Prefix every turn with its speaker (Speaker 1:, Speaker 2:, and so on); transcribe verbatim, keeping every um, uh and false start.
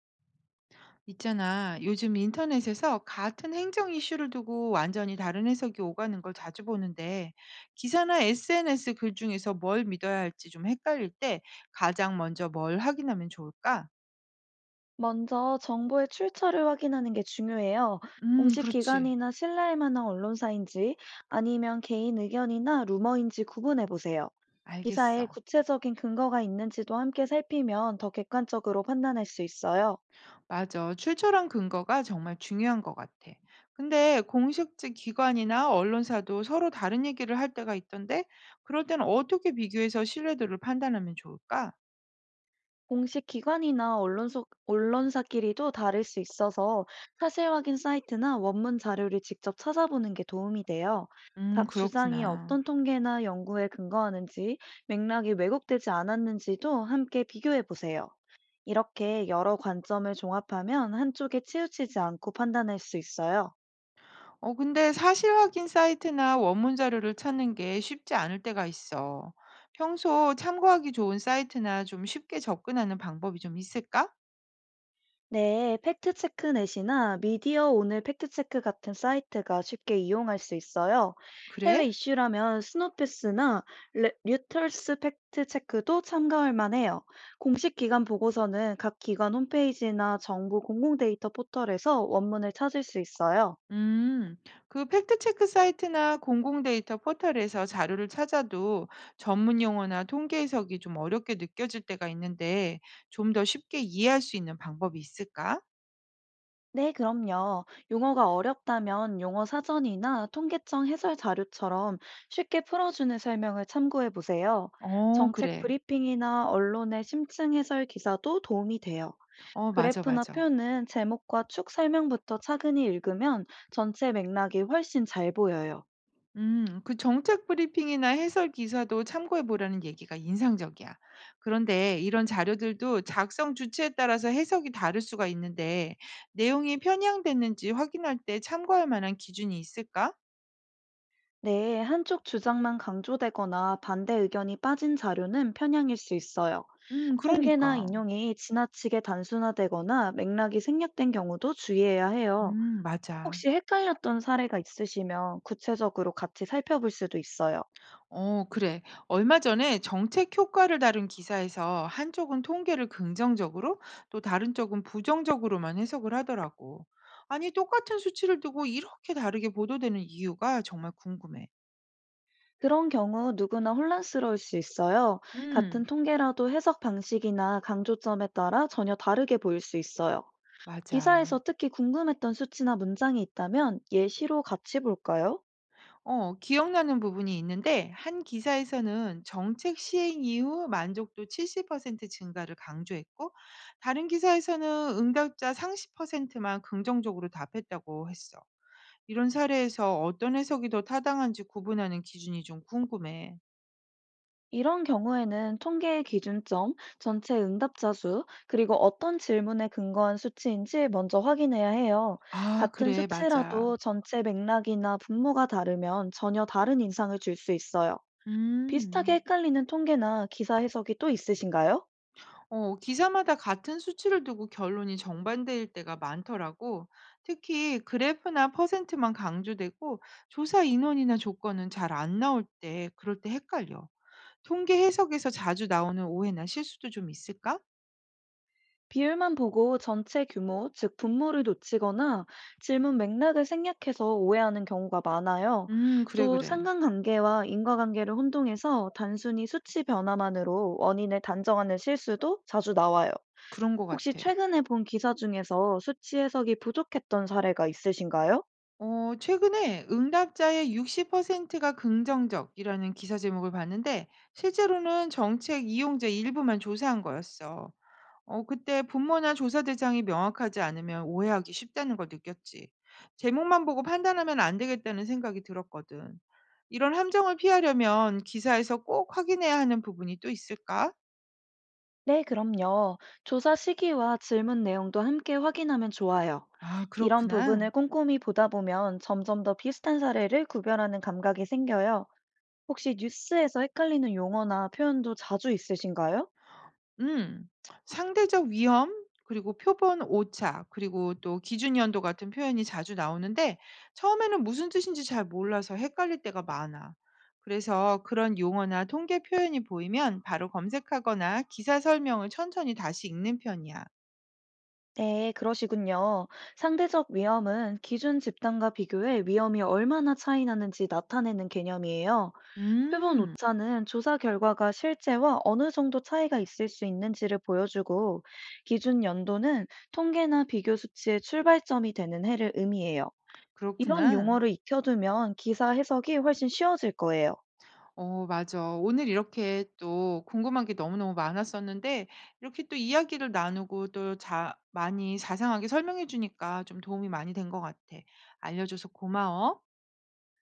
Speaker 1: 있잖아. 요즘 인터넷에서 같은 행정 이슈를 두고 완전히 다른 해석이 오가는 걸 자주 보는데, 기사나 에스엔에스 글 중에서 뭘 믿어야 할지 좀 헷갈릴 때 가장 먼저 뭘 확인하면 좋을까?
Speaker 2: 먼저 정보의 출처를 확인하는 게 중요해요.
Speaker 1: 음,
Speaker 2: 공식
Speaker 1: 그렇지.
Speaker 2: 기관이나 신뢰할 만한 언론사인지 아니면 개인 의견이나 루머인지 구분해 보세요. 기사에
Speaker 1: 알겠어.
Speaker 2: 구체적인 근거가 있는지도 함께 살피면 더 객관적으로 판단할 수 있어요.
Speaker 1: 맞아. 출처랑 근거가 정말 중요한 것 같아. 근데 공식적 기관이나 언론사도 서로 다른 얘기를 할 때가 있던데, 그럴 때는 어떻게 비교해서 신뢰도를 판단하면 좋을까?
Speaker 2: 공식 기관이나 언론소, 언론사끼리도 다를 수 있어서 사실 확인 사이트나 원문 자료를 직접 찾아보는 게 도움이 돼요.
Speaker 1: 음,
Speaker 2: 각 주장이
Speaker 1: 그렇구나.
Speaker 2: 어떤 통계나 연구에 근거하는지, 맥락이 왜곡되지 않았는지도 함께 비교해 보세요. 이렇게 여러 관점을 종합하면 한쪽에 치우치지 않고 판단할 수 있어요.
Speaker 1: 어, 근데 사실 확인 사이트나 원문 자료를 찾는 게 쉽지 않을 때가 있어. 평소 참고하기 좋은 사이트나 좀 쉽게 접근하는 방법이 좀 있을까?
Speaker 2: 네, 팩트체크 넷이나 미디어 오늘 팩트체크 같은 사이트가 쉽게 이용할 수 있어요.
Speaker 1: 그래?
Speaker 2: 해외 이슈라면 스노피스나 레- 류터스 팩트체크도 참가할 만해요. 공식 기관 보고서는 각 기관 홈페이지나 정부 공공 데이터 포털에서 원문을 찾을 수 있어요.
Speaker 1: 음, 그 팩트체크 사이트나 공공데이터 포털에서 자료를 찾아도 전문 용어나 통계 해석이 좀 어렵게 느껴질 때가 있는데 좀 더 쉽게 이해할 수 있는 방법이 있을까?
Speaker 2: 네, 그럼요. 용어가 어렵다면 용어 사전이나 통계청 해설 자료처럼 쉽게 풀어주는 설명을 참고해 보세요.
Speaker 1: 어,
Speaker 2: 정책
Speaker 1: 그래.
Speaker 2: 브리핑이나 언론의 심층 해설 기사도 도움이 돼요.
Speaker 1: 어, 맞아,
Speaker 2: 그래프나
Speaker 1: 맞아.
Speaker 2: 표는 제목과 축 설명부터 차근히 읽으면 전체 맥락이 훨씬 잘 보여요.
Speaker 1: 음, 그 정책 브리핑이나 해설 기사도 참고해 보라는 얘기가 인상적이야. 그런데 이런 자료들도 작성 주체에 따라서 해석이 다를 수가 있는데 내용이 편향됐는지 확인할 때 참고할 만한 기준이 있을까?
Speaker 2: 네, 한쪽 주장만 강조되거나 반대 의견이 빠진 자료는 편향일 수 있어요.
Speaker 1: 음,
Speaker 2: 통계나
Speaker 1: 그러니까.
Speaker 2: 인용이 지나치게 단순화되거나 맥락이 생략된 경우도 주의해야 해요.
Speaker 1: 음, 맞아.
Speaker 2: 혹시 헷갈렸던 사례가 있으시면 구체적으로 같이 살펴볼 수도 있어요.
Speaker 1: 어, 그래. 얼마 전에 정책 효과를 다룬 기사에서 한쪽은 통계를 긍정적으로 또 다른 쪽은 부정적으로만 해석을 하더라고. 아니, 똑같은 수치를 두고 이렇게 다르게 보도되는 이유가 정말 궁금해.
Speaker 2: 그런 경우 누구나 혼란스러울 수 있어요.
Speaker 1: 음,
Speaker 2: 같은 통계라도 해석 방식이나 강조점에 따라 전혀 다르게 보일 수 있어요. 기사에서
Speaker 1: 맞아.
Speaker 2: 특히 궁금했던 수치나 문장이 있다면 예시로 같이 볼까요?
Speaker 1: 어, 기억나는 부분이 있는데 한 기사에서는 정책 시행 이후 만족도 칠십 퍼센트 증가를 강조했고 다른 기사에서는 응답자 삼십 퍼센트만 긍정적으로 답했다고 했어. 이런 사례에서 어떤 해석이 더 타당한지 구분하는 기준이 좀 궁금해.
Speaker 2: 이런 경우에는 통계의 기준점, 전체 응답자 수, 그리고 어떤 질문에 근거한 수치인지 먼저 확인해야 해요.
Speaker 1: 아,
Speaker 2: 같은
Speaker 1: 그래, 맞아.
Speaker 2: 수치라도 전체 맥락이나 분모가 다르면 전혀 다른 인상을 줄 수 있어요. 비슷하게
Speaker 1: 음.
Speaker 2: 헷갈리는 통계나 기사 해석이 또 있으신가요?
Speaker 1: 어, 기사마다 같은 수치를 두고 결론이 정반대일 때가 많더라고. 특히 그래프나 퍼센트만 강조되고 조사 인원이나 조건은 잘 안 나올 때, 그럴 때 헷갈려. 통계 해석에서 자주 나오는 오해나 실수도 좀 있을까?
Speaker 2: 비율만 보고 전체 규모, 즉 분모를 놓치거나 질문 맥락을 생략해서 오해하는 경우가 많아요.
Speaker 1: 음, 그래,
Speaker 2: 또
Speaker 1: 그래.
Speaker 2: 상관관계와 인과관계를 혼동해서 단순히 수치 변화만으로 원인을 단정하는 실수도 자주 나와요.
Speaker 1: 그런 것
Speaker 2: 혹시
Speaker 1: 같아.
Speaker 2: 최근에 본 기사 중에서 수치 해석이 부족했던 사례가 있으신가요?
Speaker 1: 어, 최근에 응답자의 육십 퍼센트가 긍정적이라는 기사 제목을 봤는데, 실제로는 정책 이용자 일부만 조사한 거였어. 어, 그때 분모나 조사 대상이 명확하지 않으면 오해하기 쉽다는 걸 느꼈지. 제목만 보고 판단하면 안 되겠다는 생각이 들었거든. 이런 함정을 피하려면 기사에서 꼭 확인해야 하는 부분이 또 있을까?
Speaker 2: 네, 그럼요. 조사 시기와 질문 내용도 함께 확인하면 좋아요.
Speaker 1: 아,
Speaker 2: 이런
Speaker 1: 그렇구나.
Speaker 2: 부분을 꼼꼼히 보다 보면 점점 더 비슷한 사례를 구별하는 감각이 생겨요. 혹시 뉴스에서 헷갈리는 용어나 표현도 자주 있으신가요?
Speaker 1: 음. 상대적 위험 그리고 표본 오차 그리고 또 기준 연도 같은 표현이 자주 나오는데 처음에는 무슨 뜻인지 잘 몰라서 헷갈릴 때가 많아. 그래서 그런 용어나 통계 표현이 보이면 바로 검색하거나 기사 설명을 천천히 다시 읽는 편이야.
Speaker 2: 네, 그러시군요. 상대적 위험은 기준 집단과 비교해 위험이 얼마나 차이 나는지 나타내는 개념이에요. 표본
Speaker 1: 음.
Speaker 2: 오차는 조사 결과가 실제와 어느 정도 차이가 있을 수 있는지를 보여주고, 기준 연도는 통계나 비교 수치의 출발점이 되는 해를 의미해요. 이런
Speaker 1: 그렇구나.
Speaker 2: 용어를 익혀두면 기사 해석이 훨씬 쉬워질 거예요.
Speaker 1: 어 맞아. 오늘 이렇게 또 궁금한 게 너무너무 많았었는데 이렇게 또 이야기를 나누고 또 자 많이 자상하게 설명해 주니까 좀 도움이 많이 된 것 같아. 알려줘서 고마워.